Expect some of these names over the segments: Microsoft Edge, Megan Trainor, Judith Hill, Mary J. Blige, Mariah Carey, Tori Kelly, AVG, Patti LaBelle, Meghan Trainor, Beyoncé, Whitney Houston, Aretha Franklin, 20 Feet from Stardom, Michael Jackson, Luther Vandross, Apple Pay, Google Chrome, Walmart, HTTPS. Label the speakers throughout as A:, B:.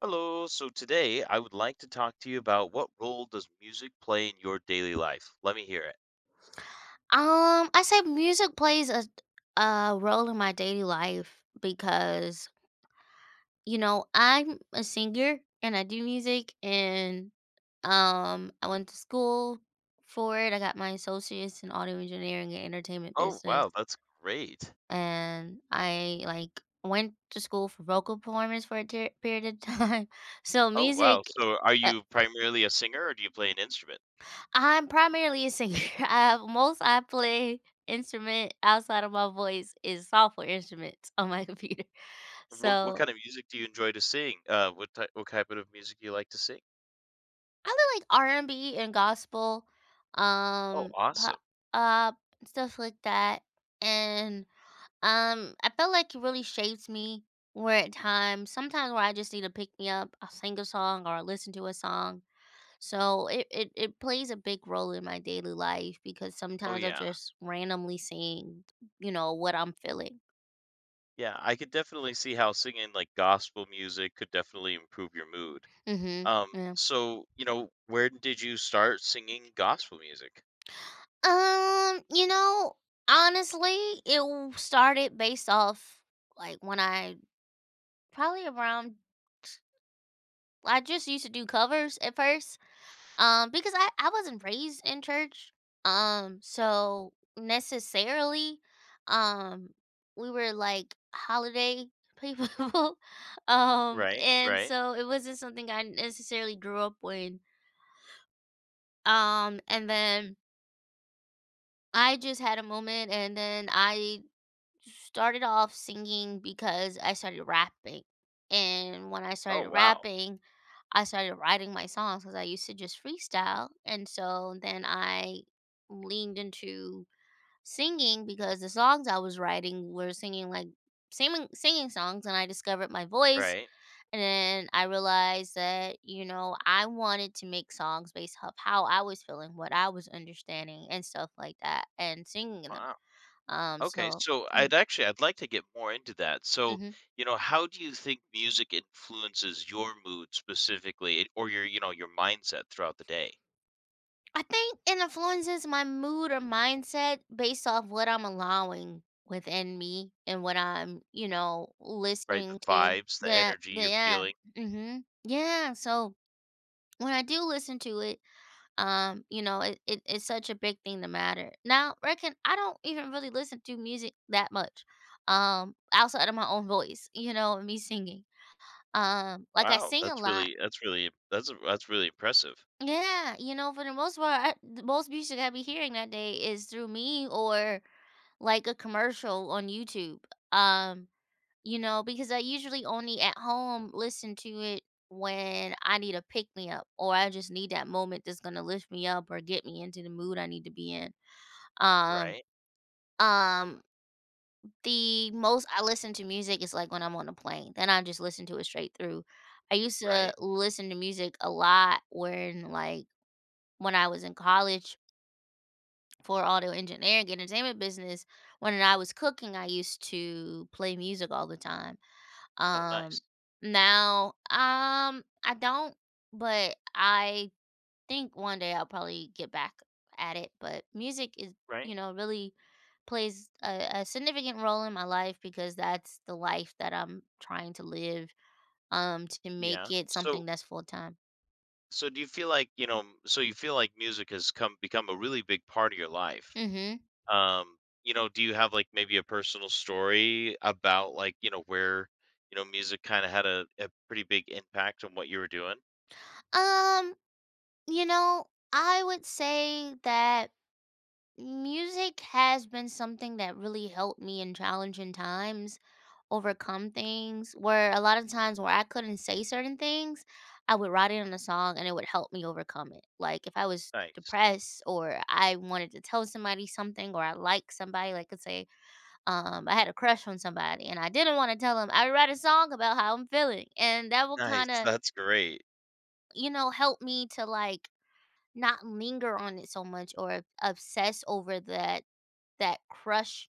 A: Hello. So today I would like to talk to you about what role does music play in your daily life? Let me hear it.
B: I say music plays a role in my daily life because you know I'm a singer and I do music and I went to school for it. I got my associates in audio engineering and entertainment
A: Oh,
B: business,
A: wow. That's great.
B: and I like went to school for vocal performance for a period of time. So
A: Oh, wow.
B: music.
A: So are you primarily a singer or do you play an instrument?
B: I'm primarily a singer. I play instrument outside of my voice is software instruments on my computer.
A: What
B: So,
A: kind of music do you enjoy to sing? What type of music you like to sing?
B: I li like R&B and B and gospel,
A: Oh,
B: pop,
A: awesome.
B: uh, stuff like that, and, I felt like it really shapes me where at times sometimes where I just need to pick me up, I'll sing a song or listen to a song. So it plays a big role in my daily life because
A: Oh,
B: sometimes I'll
A: yeah.
B: just randomly sing, you know, what I'm feeling.
A: Yeah, I could definitely see how singing like gospel music could definitely improve your mood.
B: Mm-hmm.
A: Um,
B: Yeah.
A: so, you know, where did you start singing gospel music?
B: You know, honestly, started based off like when I probably around I just used to do covers at first. Because I wasn't raised in church. So necessarily, um, we were like holiday people.
A: Right,
B: And
A: right.
B: so it wasn't something I necessarily grew up with. And then I just had a moment, and then I started off singing because I started rapping. And when I
A: Oh,
B: started
A: wow.
B: rapping, I started writing my songs because I used to just freestyle. And so then I leaned into singing because the songs I was writing were singing like singing songs. And I discovered my voice.
A: Right.
B: And then I realized that, you know, I wanted to make songs based off how I was feeling, what I was understanding, and stuff like that, and singing them.
A: Wow.
B: Um,
A: Okay,
B: so,
A: so
B: yeah.
A: I'd like to get more into that. So,
B: Mm-hmm.
A: you know, how do you think music influences your mood specifically or your, you know, your mindset throughout the day?
B: I think it influences my mood or mindset based off what I'm allowing within me and what I'm, you know,
A: Right? The
B: listening to.
A: vibes, the energy
B: The
A: you're
B: Yeah,
A: feeling.
B: mm-hmm, yeah. So when I do listen to it, you know, it's such a big thing to matter. Now, reckon I don't even really listen to music that much, outside of my own voice, you know, and me singing. Like I
A: Wow,
B: sing a
A: that's
B: lot.
A: really that's really that's that's really impressive.
B: Yeah, you know, for the most part, the most music I be hearing that day is through me or like a commercial on YouTube. Um, you know, because I usually only at home listen to it when I need a pick me up or I just need that moment that's gonna lift me up or get me into the mood I need to be in. Um,
A: Right,
B: um, the most I listen to music is like when I'm on a plane. Then I just listen to it straight through. I used to
A: right.
B: listen to music a lot when when I was in college for audio engineering entertainment business when I was cooking. I used to play music all the time.
A: Oh,
B: Um
A: nice.
B: now I don't, but I think one day I'll probably get back at it. But music is,
A: Right?
B: you know, really plays a significant role in my life because that's the life that I'm trying to live, to make
A: Yeah.
B: it something
A: So
B: that's full time.
A: so do you feel like, you know, so you feel like music has come become a really big part of your life?
B: Mm-hmm.
A: Um, you know, do you have like maybe a personal story about like, you know, where, you know, music kind of had a pretty big impact on what you were doing?
B: um you know I would say that music has been something that really helped me in challenging times overcome things where a lot of times where I couldn't say certain things, I would write it in a song and it would help me overcome it. Like if I was
A: Nice.
B: depressed or I wanted to tell somebody something or I like somebody, like let's say I had a crush on somebody and I didn't want to tell them, I would write a song about how I'm feeling. And that would kind
A: Nice.
B: of,
A: That's great.
B: you know, help me to like not linger on it so much or obsess over that crush.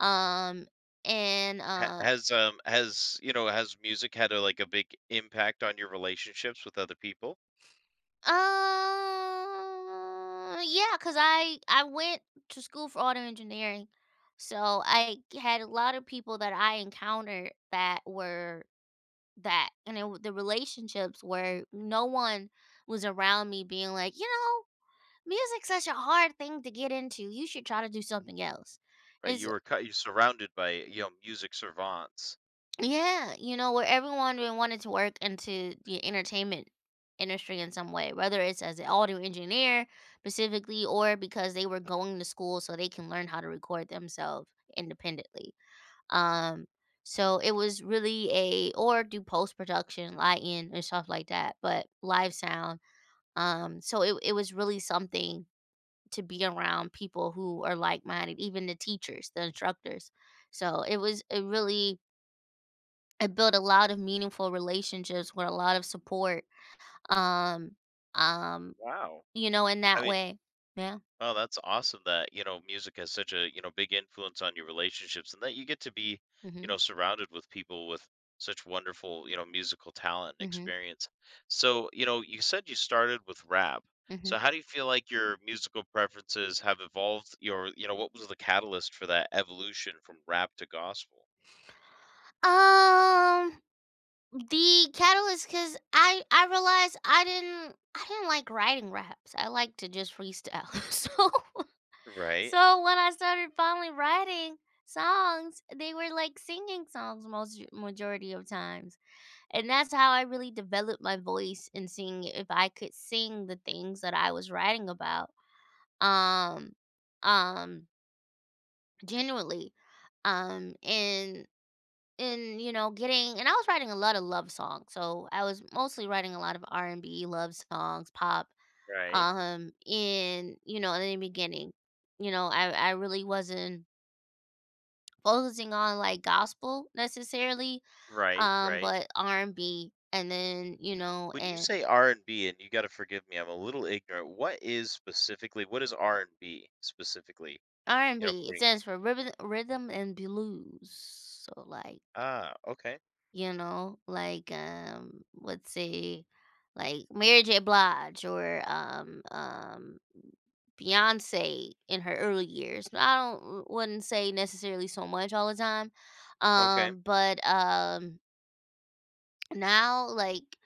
B: Um, and,
A: Ha-
B: uh
A: Has um has you know has music had a like a big impact on your relationships with other people?
B: yeah, cause I went to school for auto engineering, so I had a lot of people that I encountered and it w the relationships where no one was around me being like, "You know, music's such a hard thing to get into. You should try to do something else."
A: Right,
B: It's
A: you were cut. You surrounded by you know music savants.
B: Yeah, you know, where everyone really wanted to work into the entertainment industry in some way, whether it's as an audio engineer specifically or because they were going to school so they can learn how to record themselves independently. Um, so it was really a or do post production, lighting and stuff like that, but live sound. So it was really something to be around people who are like minded, even the teachers, the instructors. So it was a really I built a lot of meaningful relationships with a lot of support. Um, um,
A: Wow.
B: you know, in
A: I
B: that
A: mean,
B: way. Yeah.
A: oh, that's awesome that, you know, music has such a, you know, big influence on your relationships and that you get to be, you
B: Mhm.
A: know, surrounded with people with such wonderful, you know, musical talent and
B: Mhm.
A: experience. So, you know, you said you started with rap.
B: Mhm.
A: So how do you feel like your musical preferences have evolved your, you know, what was the catalyst for that evolution from rap to gospel?
B: Um, the catalyst because I realized I didn't like writing raps. I like to just freestyle. So
A: Right,
B: so when I started finally writing songs, they were like singing songs most majority of times. And that's how I really developed my voice and seeing if I could sing the things that I was writing about. Um um Genuinely. Um and and You know, getting, and I was writing a lot of love songs. So I was mostly writing a lot of R&B love songs, pop.
A: right,
B: And you know in the beginning, you know, I really wasn't focusing on like gospel necessarily,
A: right, right.
B: but R&B and B, and then, you know,
A: When you
B: and
A: say R and B, and you got to forgive me, I'm a little ignorant. What is specifically, what is R and B specifically? You know,
B: R&B. It
A: according
B: stands for rhythm and blues. So like,
A: ah, okay,
B: you know, like let's say like Mary J. Blige or Beyonce in her early years. I don't Wouldn't say necessarily so much all the time.
A: okay,
B: But Now like,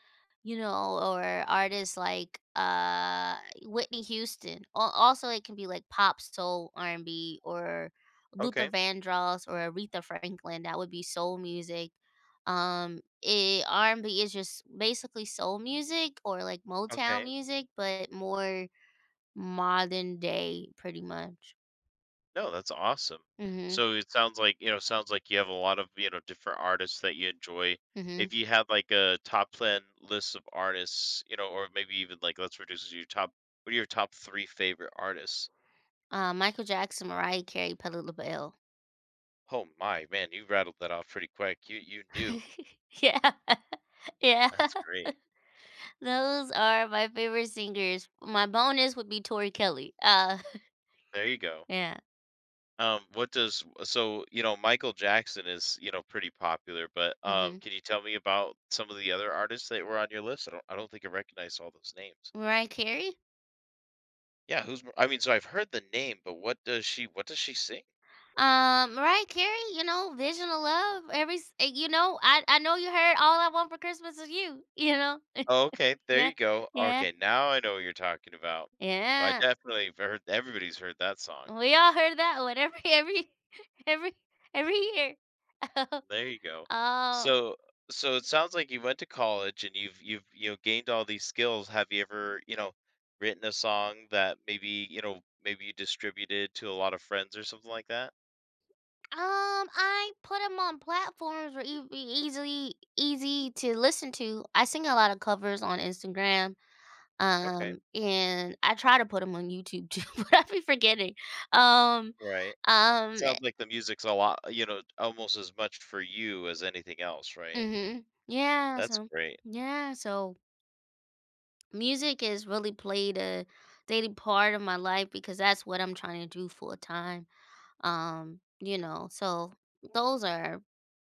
B: you know, or artists like Whitney Houston. Also it can be like pop soul R&B or Luther
A: okay,
B: Vandross or Aretha Franklin. That would be soul music. It, R&B is just basically soul music or like Motown
A: okay.
B: music but more modern day pretty much.
A: No, that's awesome.
B: Mm-hmm.
A: So it sounds like, you know, sounds like you have a lot of, you know, different artists that you enjoy.
B: Mm-hmm.
A: If you had like a top 10 list of artists, you know, or maybe even like let's reduce it to your top what are your top three favorite artists?
B: Michael Jackson, Mariah Carey, Patti LaBelle.
A: Oh my man, you rattled that off pretty quick. You knew.
B: Yeah. Yeah.
A: That's great.
B: Those are my favorite singers. My bonus would be Tori Kelly.
A: There you go.
B: Yeah.
A: What does so, you know, Michael Jackson is, you know, pretty popular, but,
B: Hmm.
A: can you tell me about some of the other artists that were on your list? I don't think I recognize all those names.
B: Mariah Carey.
A: Yeah, who's I mean, so I've heard the name, but what does she sing?
B: Mariah Carey. You know, Vision of Love. You know, I know you heard All I Want for Christmas is You. You know.
A: Oh, okay, there
B: Yeah.
A: you go.
B: Yeah.
A: Okay, now I know what you're talking about. I
B: Yeah.
A: definitely have heard everybody's heard that song.
B: We all heard that one every every every year.
A: There you go.
B: um.
A: So so it sounds like you went to college and you've you know gained all these skills. Have you ever, you know, written a song that maybe, you know, maybe you distributed to a lot of friends or something like that?
B: I put them on platforms where you be easily easy to listen to. I sing a lot of covers on Instagram.
A: Okay.
B: And I try to put them on YouTube too, but I be forgetting. Um,
A: Right.
B: um
A: Sounds like the music's a lot, you know, almost as much for you as anything else, right?
B: mhm. Yeah,
A: That's
B: so
A: great.
B: yeah, so music has really played a daily part of my life because that's what I'm trying to do full time. You know, so those are,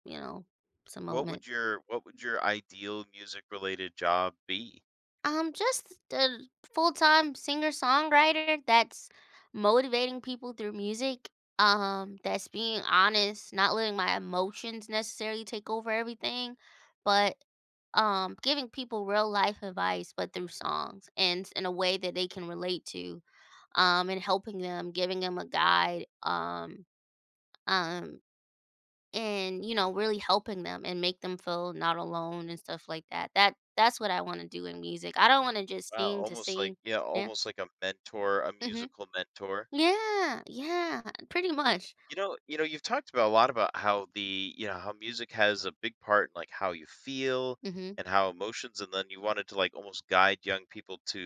B: you know, some
A: What
B: moments.
A: would your what would your ideal music related job be?
B: Just a full time singer songwriter that's motivating people through music. That's being honest, not letting my emotions necessarily take over everything, but giving people real life advice, but through songs and in a way that they can relate to. And helping them, giving them a guide. Um, and you know really helping them and make them feel not alone and stuff like that. That's what I want to do in music. I don't want to just
A: Wow,
B: sing to
A: almost
B: sing.
A: like yeah,
B: Yeah.
A: almost like a mentor, a
B: Hmm.
A: musical mentor.
B: Yeah, yeah, pretty much.
A: You know, you've talked about a lot about how the you know, how music has a big part in, like, how you feel
B: Hmm.
A: and how emotions and then you wanted to, like, almost guide young people to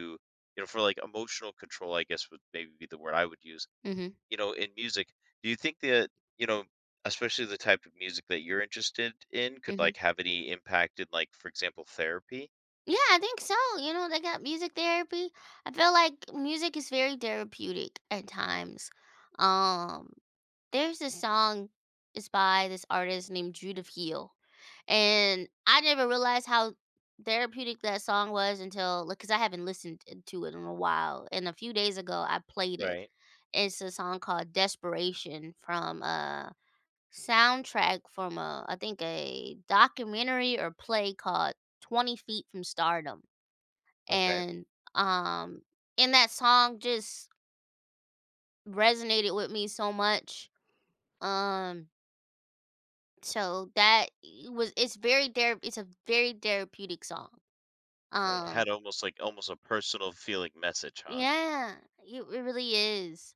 A: you know, for, like, emotional control, I guess, would maybe be the word I would use,
B: Hmm.
A: you know, in music. Do you think that, you know, especially the type of music that you're interested in could,
B: Hmm.
A: like, have any impact in, like, for example, therapy?
B: Yeah, I think so. You know, they got music therapy. I feel like music is very therapeutic at times. um there's this song. It's by this artist named Judith Heal. And I never realized how therapeutic that song was until like, cause I haven't listened t to it in a while, and a few days ago, I played it.
A: Right.
B: It's a song called "Desperation" from a soundtrack from a I think a documentary or play called 20 Feet from Stardom,
A: Okay.
B: and, um, and that song just resonated with me so much, um, so that was it's very thera it's a very therapeutic song.
A: Right.
B: um
A: Had almost, like, almost a personal feeling message, huh?
B: Yeah, it really is.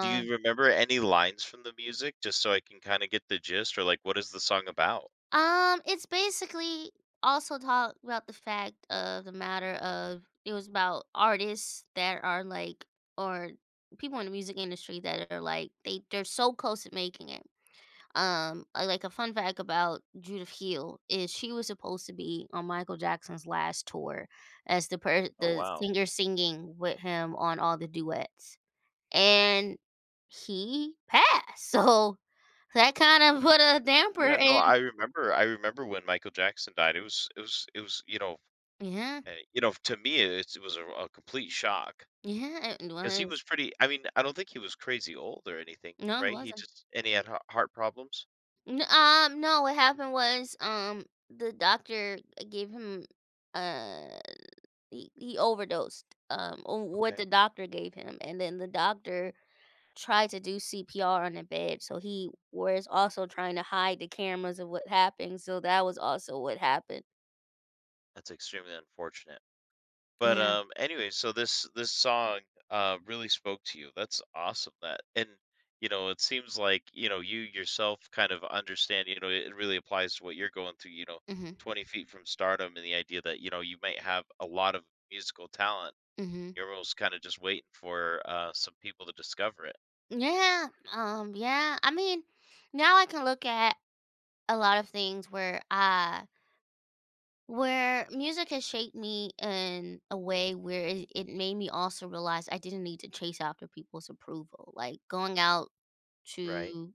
A: Do you remember any lines from the music just so I can kinda get the gist or, like, what is the song about?
B: it's basically also talk about the fact of the matter of it was about artists that are like or people in the music industry that are like they're so close to making it. Like a fun fact about Judith Hill is she was supposed to be on Michael Jackson's last tour as
A: Oh,
B: the
A: wow.
B: singer singing with him on all the duets. And he passed. So that kind of put a damper
A: Yeah, no,
B: in.
A: I remember when Michael Jackson died, it was, you know,
B: Yeah,
A: eh, you know, to me, it was a complete shock
B: yeah, it
A: because he was
B: was.
A: pretty I mean, I don't think he was crazy old or anything,
B: No, it
A: right? He
B: wasn't.
A: just and he had heart problems?
B: No, what happened was the doctor gave him uh he overdosed on what
A: Okay.
B: the doctor gave him and then the doctor tried to do CPR on the bed. So he was also trying to hide the cameras of what happened. So that was also what happened.
A: That's extremely unfortunate. But,
B: Yeah.
A: anyway, so this song, really spoke to you. That's awesome that and, you know, it seems like, you know, you yourself kind of understand, you know, it really applies to what you're going through, you know,
B: Mhm.
A: 20 feet from stardom and the idea that, you know, you might have a lot of musical talent.
B: Mhm.
A: You're almost kinda just waiting for, some people to discover it.
B: Yeah, yeah. I mean, now I can look at a lot of things where I where music has shaped me in a way where it made me also realize I didn't need to chase after people's approval. Like going out
A: Right.
B: to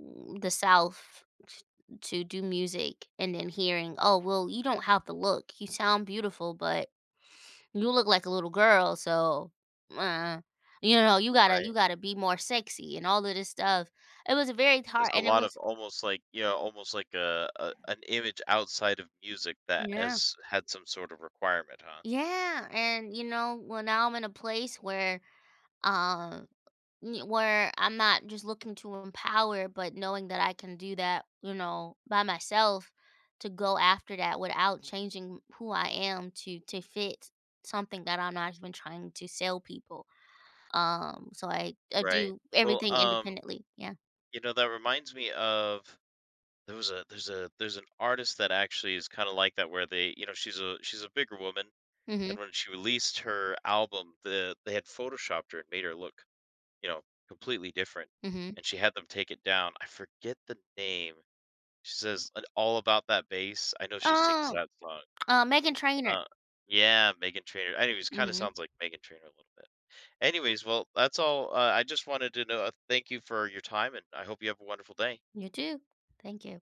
B: the to do music and then hearing, oh, well, you don't have the look. You sound beautiful, but you look like a little girl, so, uh, you know,
A: Right.
B: you gotta be more sexy and all of this stuff. It was very
A: There's
B: hard
A: a
B: and it
A: lot of
B: was
A: almost like, you know, almost like a an image outside of music that
B: Yeah.
A: has had some sort of requirement, huh?
B: Yeah, and, you know, well, now I'm in a place where, um, y where I'm not just looking to empower, but knowing that I can do that, you know, by myself to go after that without changing who I am to fit something that I'm not even trying to sell people. So I
A: Right.
B: do
A: Well,
B: everything independently. Yeah.
A: you know, that reminds me of there was a there's an artist that actually is kind of like that where they, you know, she's a bigger woman and
B: Mhm,
A: when she released her album, the they had photoshopped her and made her look, you know, completely different
B: mhm.
A: and she had them take it down. I forget the name. She says "And all about that bass. I know she sings
B: Um.
A: that song.
B: Megan Trainer.
A: Uh yeah, Megan Trainor. Anyways, kind
B: Trainor.
A: of
B: Mhm,
A: sounds like Megan Trainor a little bit. Anyways, well, that's all. I just wanted to know. Thank you for your time, and I hope you have a wonderful day.
B: you too. Thank you.